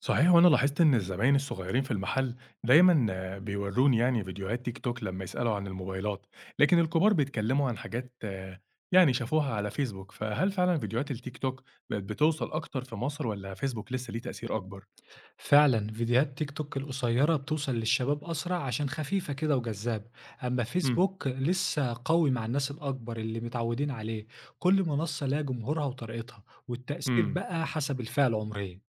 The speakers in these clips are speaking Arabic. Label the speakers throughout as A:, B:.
A: صحيح وأنا لاحظت إن الزباين الصغيرين في المحل دايمًا بيورّوني يعني فيديوهات تيك توك لمّا يسألوا عن الموبايلات، لكن الكبار بيتكلموا عن حاجات يعني شافوها على فيسبوك، فهل فعلًا فيديوهات التيك توك بقت بتوصل أكتر في مصر والّا فيسبوك لسه ليه تأثير أكبر؟
B: فعلا فيديوهات تيك توك القصيرة بتوصل للشباب أسرع عشان خفيفة كده وجذابة. أما
A: إمم،
B: فيسبوك لسه قوي مع الناس الأكبر اللي متعودين عليه. كل منصة لها جمهورها وطريقتها والتأثير
A: إمم،
B: بقى حسب الفئة العمرية.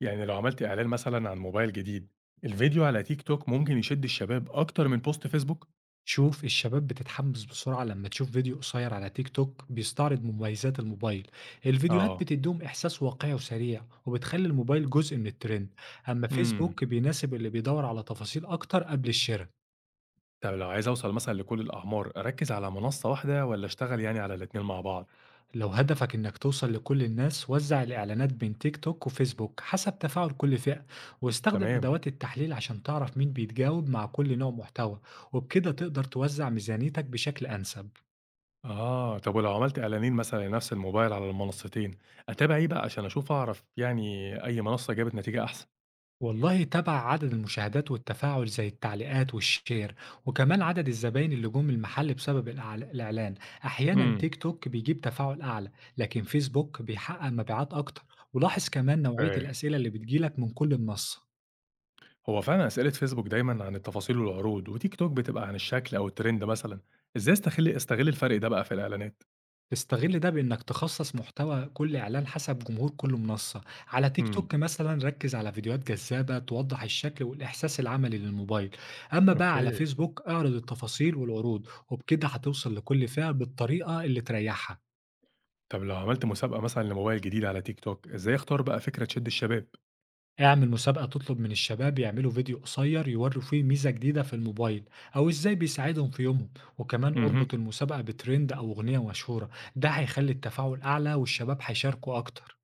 A: يعني لو عملت إعلان مثلًا عن موبايل جديد، الفيديو على تيك توك ممكن يشد الشباب أكتر من بوست فيسبوك؟
B: شوف الشباب بتتحمس بسرعة لما تشوف فيديو قصير على تيك توك بيستعرض مميزات الموبايل، الفيديوهات
A: آه،
B: بتديهم إحساس واقعي وسريع وبتخلي الموبايل جزء من الترند. أما
A: إمم،
B: فيسبوك بيناسب اللي بيدور على تفاصيل أكتر قبل الشراء.
A: طب لو عايز أوصل مثلًا لكل الأعمار أركّز على منصة واحدة والّا أشتغل يعني على الاتنين مع بعض؟
B: لو هدفك إنك توصل لكل الناس وزع الإعلانات بين تيك توك وفيسبوك حسب تفاعل كل فئة، واستخدم
A: تمام.
B: أدوات التحليل عشان تعرف مين بيتجاوب مع كل نوع محتوى. وبكده تقدر توزع ميزانيتك بشكل أنسب.
A: آه، طب ولو عملت إعلانين مثلًا لنفس الموبايل على المنصتين، أتابع إيه بقى عشان أشوف أعرف يعني أي منصة جابت نتيجة أحسن؟
B: والله تابع عدد المشاهدات والتفاعل زي التعليقات والشير، وكمان عدد الزباين اللي جم المحل بسبب الإعلان. أحيانا
A: إمم،
B: تيك توك بيجيب تفاعل أعلى، لكن فيسبوك بيحقق مبيعات أكتر. ولاحظ كمان نوعية
A: فاهم.
B: الأسئلة اللي بتجيلك من كل منصة.
A: هو فعلًا أسئلة فيسبوك دايمًا عن التفاصيل والعروض، وتيك توك بتبقى عن الشكل أو الترند مثلًا، إزاي أستغل الفرق ده بقى في الإعلانات؟
B: تستغل ده بإنك تخصص محتوى كل إعلان حسب جمهور كل منصة، على تيك
A: إمم،
B: توك مثلًا ركز على فيديوهات جذابة توضح الشكل والإحساس العملي للموبايل، أما بقى على
A: أوكي.
B: فيسبوك اعرض التفاصيل والعروض، وبكده هتوصل لكل فئة بالطريقة اللي تريحها.
A: طب لو عملت مسابقة مثلًا لموبايل جديد على تيك توك، إزاي أختار بقى فكرة تشد الشباب؟
B: اعمل مسابقة تطلب من الشباب يعملوا فيديو قصير يوروا فيه ميزة جديدة في الموبايل أو إزاي بيساعدهم في يومهم، وكمان
A: اهم.
B: اربط المسابقة بترند أو أغنية مشهورة، ده هيخلي التفاعل أعلى والشباب هيشاركوا أكتر.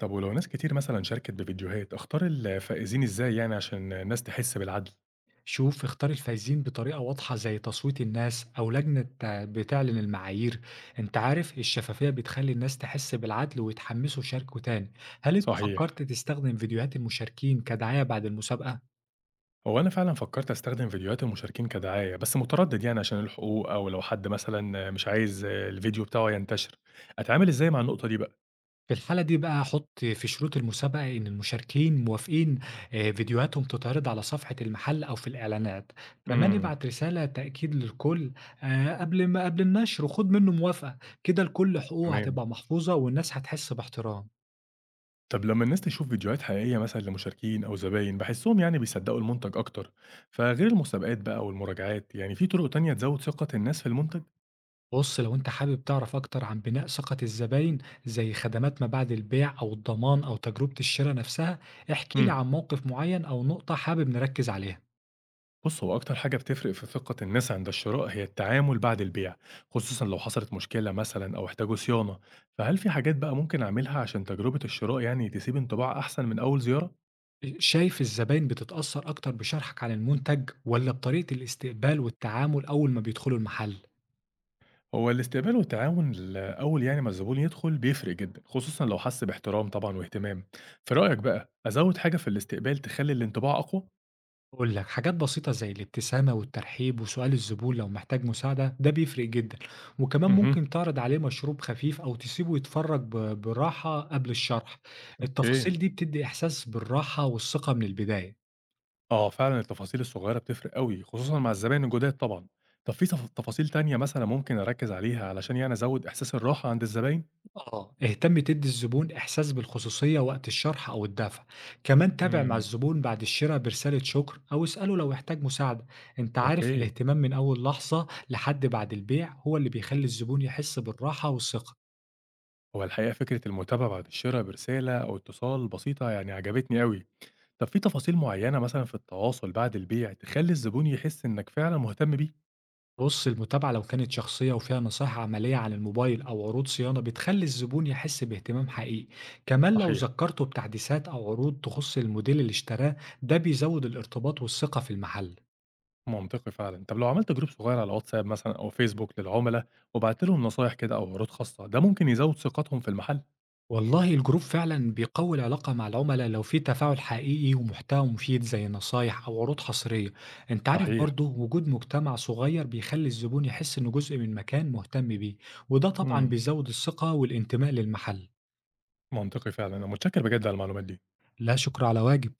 A: طب ولو ناس كتير مثلًا شاركت بفيديوهات، أختار الفائزين إزاي يعني عشان الناس تحس بالعدل؟
B: شوف اختار الفايزين بطريقة واضحة زي تصويت الناس أو لجنة، آه، بتعلن المعايير. انت عارف الشفافية بتخلي الناس تحس بالعدل ويتحمسوا يشاركوا تاني. هل انت
A: صحيح.
B: فكرت تستخدم فيديوهات المشاركين كدعاية بعد المسابقة؟
A: هو أنا فعلًا فكّرت أستخدم فيديوهات المشاركين كدعاية، بس متردد يعني عشان الحقوق أو لو حد مثلًا مش عايز الفيديو بتاعه ينتشر، أتعامل إزاي مع النقطة دي بقى؟
B: في الحالة دي بقى حط في شروط المسابقة إن المشاركين موافقين آه، فيديوهاتهم تتعرض على صفحة المحل أو في الإعلانات. كمان
A: إمم،
B: ابعت رسالة تأكيد للكل آه، قبل ما قبل النشر وخد منه موافقة. كده لكل حقوقه
A: تمام.
B: هتبقى محفوظة والناس هتحس باحترام.
A: طب لمّا الناس تشوف فيديوهات حقيقية مثلًا لمشاركين أو زباين، باحسّهم يعني بيصدّقوا المنتج أكتر، فغير المسابقات بقى والمراجعات، يعني في طرق تانية تزوّد ثقة الناس في المنتج؟
B: بُص، لو أنت حابب تعرف أكتر عن بناء ثقة الزباين زي خدمات ما بعد البيع أو الضمان أو تجربة الشرا نفسها، احكِ لي
A: إمم.
B: عن موقف معين أو نقطة حابب نركز عليها.
A: بُص، هو أكتر حاجة بتفرق في ثقة الناس عند الشراء هي التعامل بعد البيع، خصوصًا لو حصلت مشكلة مثلًا أو احتاجوا صيانة، فهل في حاجات بقى ممكن أعملها عشان تجربة الشراء يعني تسيب انطباع أحسن من أول زيارة؟
B: شايف الزباين بتتأثر أكتر بشرحك عن المنتج والّا بطريقة الاستقبال والتعامل أول ما بيدخلوا المحل؟
A: هو الاستقبال والتعاون أول يعني ما الزبون يدخل بيفرق جدًا، خصوصًا لو حس باحترام طبعًا واهتمام. في رأيك بقى أزود حاجة في الاستقبال تخلي الانطباع أقوى؟
B: أقول لك حاجات بسيطة زي الابتسامة والترحيب وسؤال الزبون لو محتاج مساعدة ده بيفرق جدا. وكمان
A: اهم،
B: ممكن تعرض عليه مشروب خفيف أو تسيبه يتفرج براحة قبل الشرح.
A: أوكي.
B: التفاصيل دي بتدي إحساس بالراحة والثقة من البداية.
A: آه، فعلًا التفاصيل الصغيّرة بتفرق أوي، خصوصًا مع الزباين الجداد طبعًا. طب في تفاصيل تانية مثلًا ممكن أركّز عليها علشان يعني أزوّد إحساس الراحة عند الزباين؟
B: آه اهتم تدي الزبون إحساس بالخصوصية وقت الشرح أو الدفع، كمان تابع مع
A: إمم.
B: الزبون بعد الشراء برسالة شكر أو اسأله لو احتاج مساعدة. أنت عارف
A: أوكي.
B: الاهتمام من أول لحظة لحد بعد البيع هو اللي بيخلي الزبون يحس بالراحة والثقة.
A: هو الحقيقة فكرة المتابعة بعد الشِرا برسالة أو اتصال بسيطة يعني عجبتني أوي. طب في تفاصيل معيّنة مثلًا في التواصل بعد البيع تخلّي الزبون يحس إنّك فعلًا مهتم بيه؟
B: بُص، المتابعة لو كانت شخصية وفيها نصايح عملية عن الموبايل أو عروض صيانة بتخلّي الزبون يحس باهتمام حقيقي، كمان لو
A: صحيح،
B: ذكّرته بتحديثات أو عروض تخُص الموديل اللي اشتراه، ده بيزوّد الارتباط والثقة في المحل.
A: منطقي فعلًا. طب لو عملت جروب صغيّر على واتساب مثلًا أو فيسبوك للعُملا وبعت لهم نصايح كده أو عروض خاصة، ده ممكن يزوّد ثقتهم في المحل؟
B: والله الجروب فعلًا بيقوي العلاقة مع العملا لو في تفاعل حقيقي ومحتوى مفيد زي نصايح أو عروض حصرية. أنت عارف
A: صحيح.
B: برضه وجود مجتمع صغير بيخلّي الزبون يحس إنه جزء من مكان مهتم بيه، وده طبعًا
A: إمم.
B: بيزوّد الثقة والانتماء للمحل.
A: منطقي فعلًا، أنا متشكر بجد على المعلومات دي.
B: لا شكر على واجب.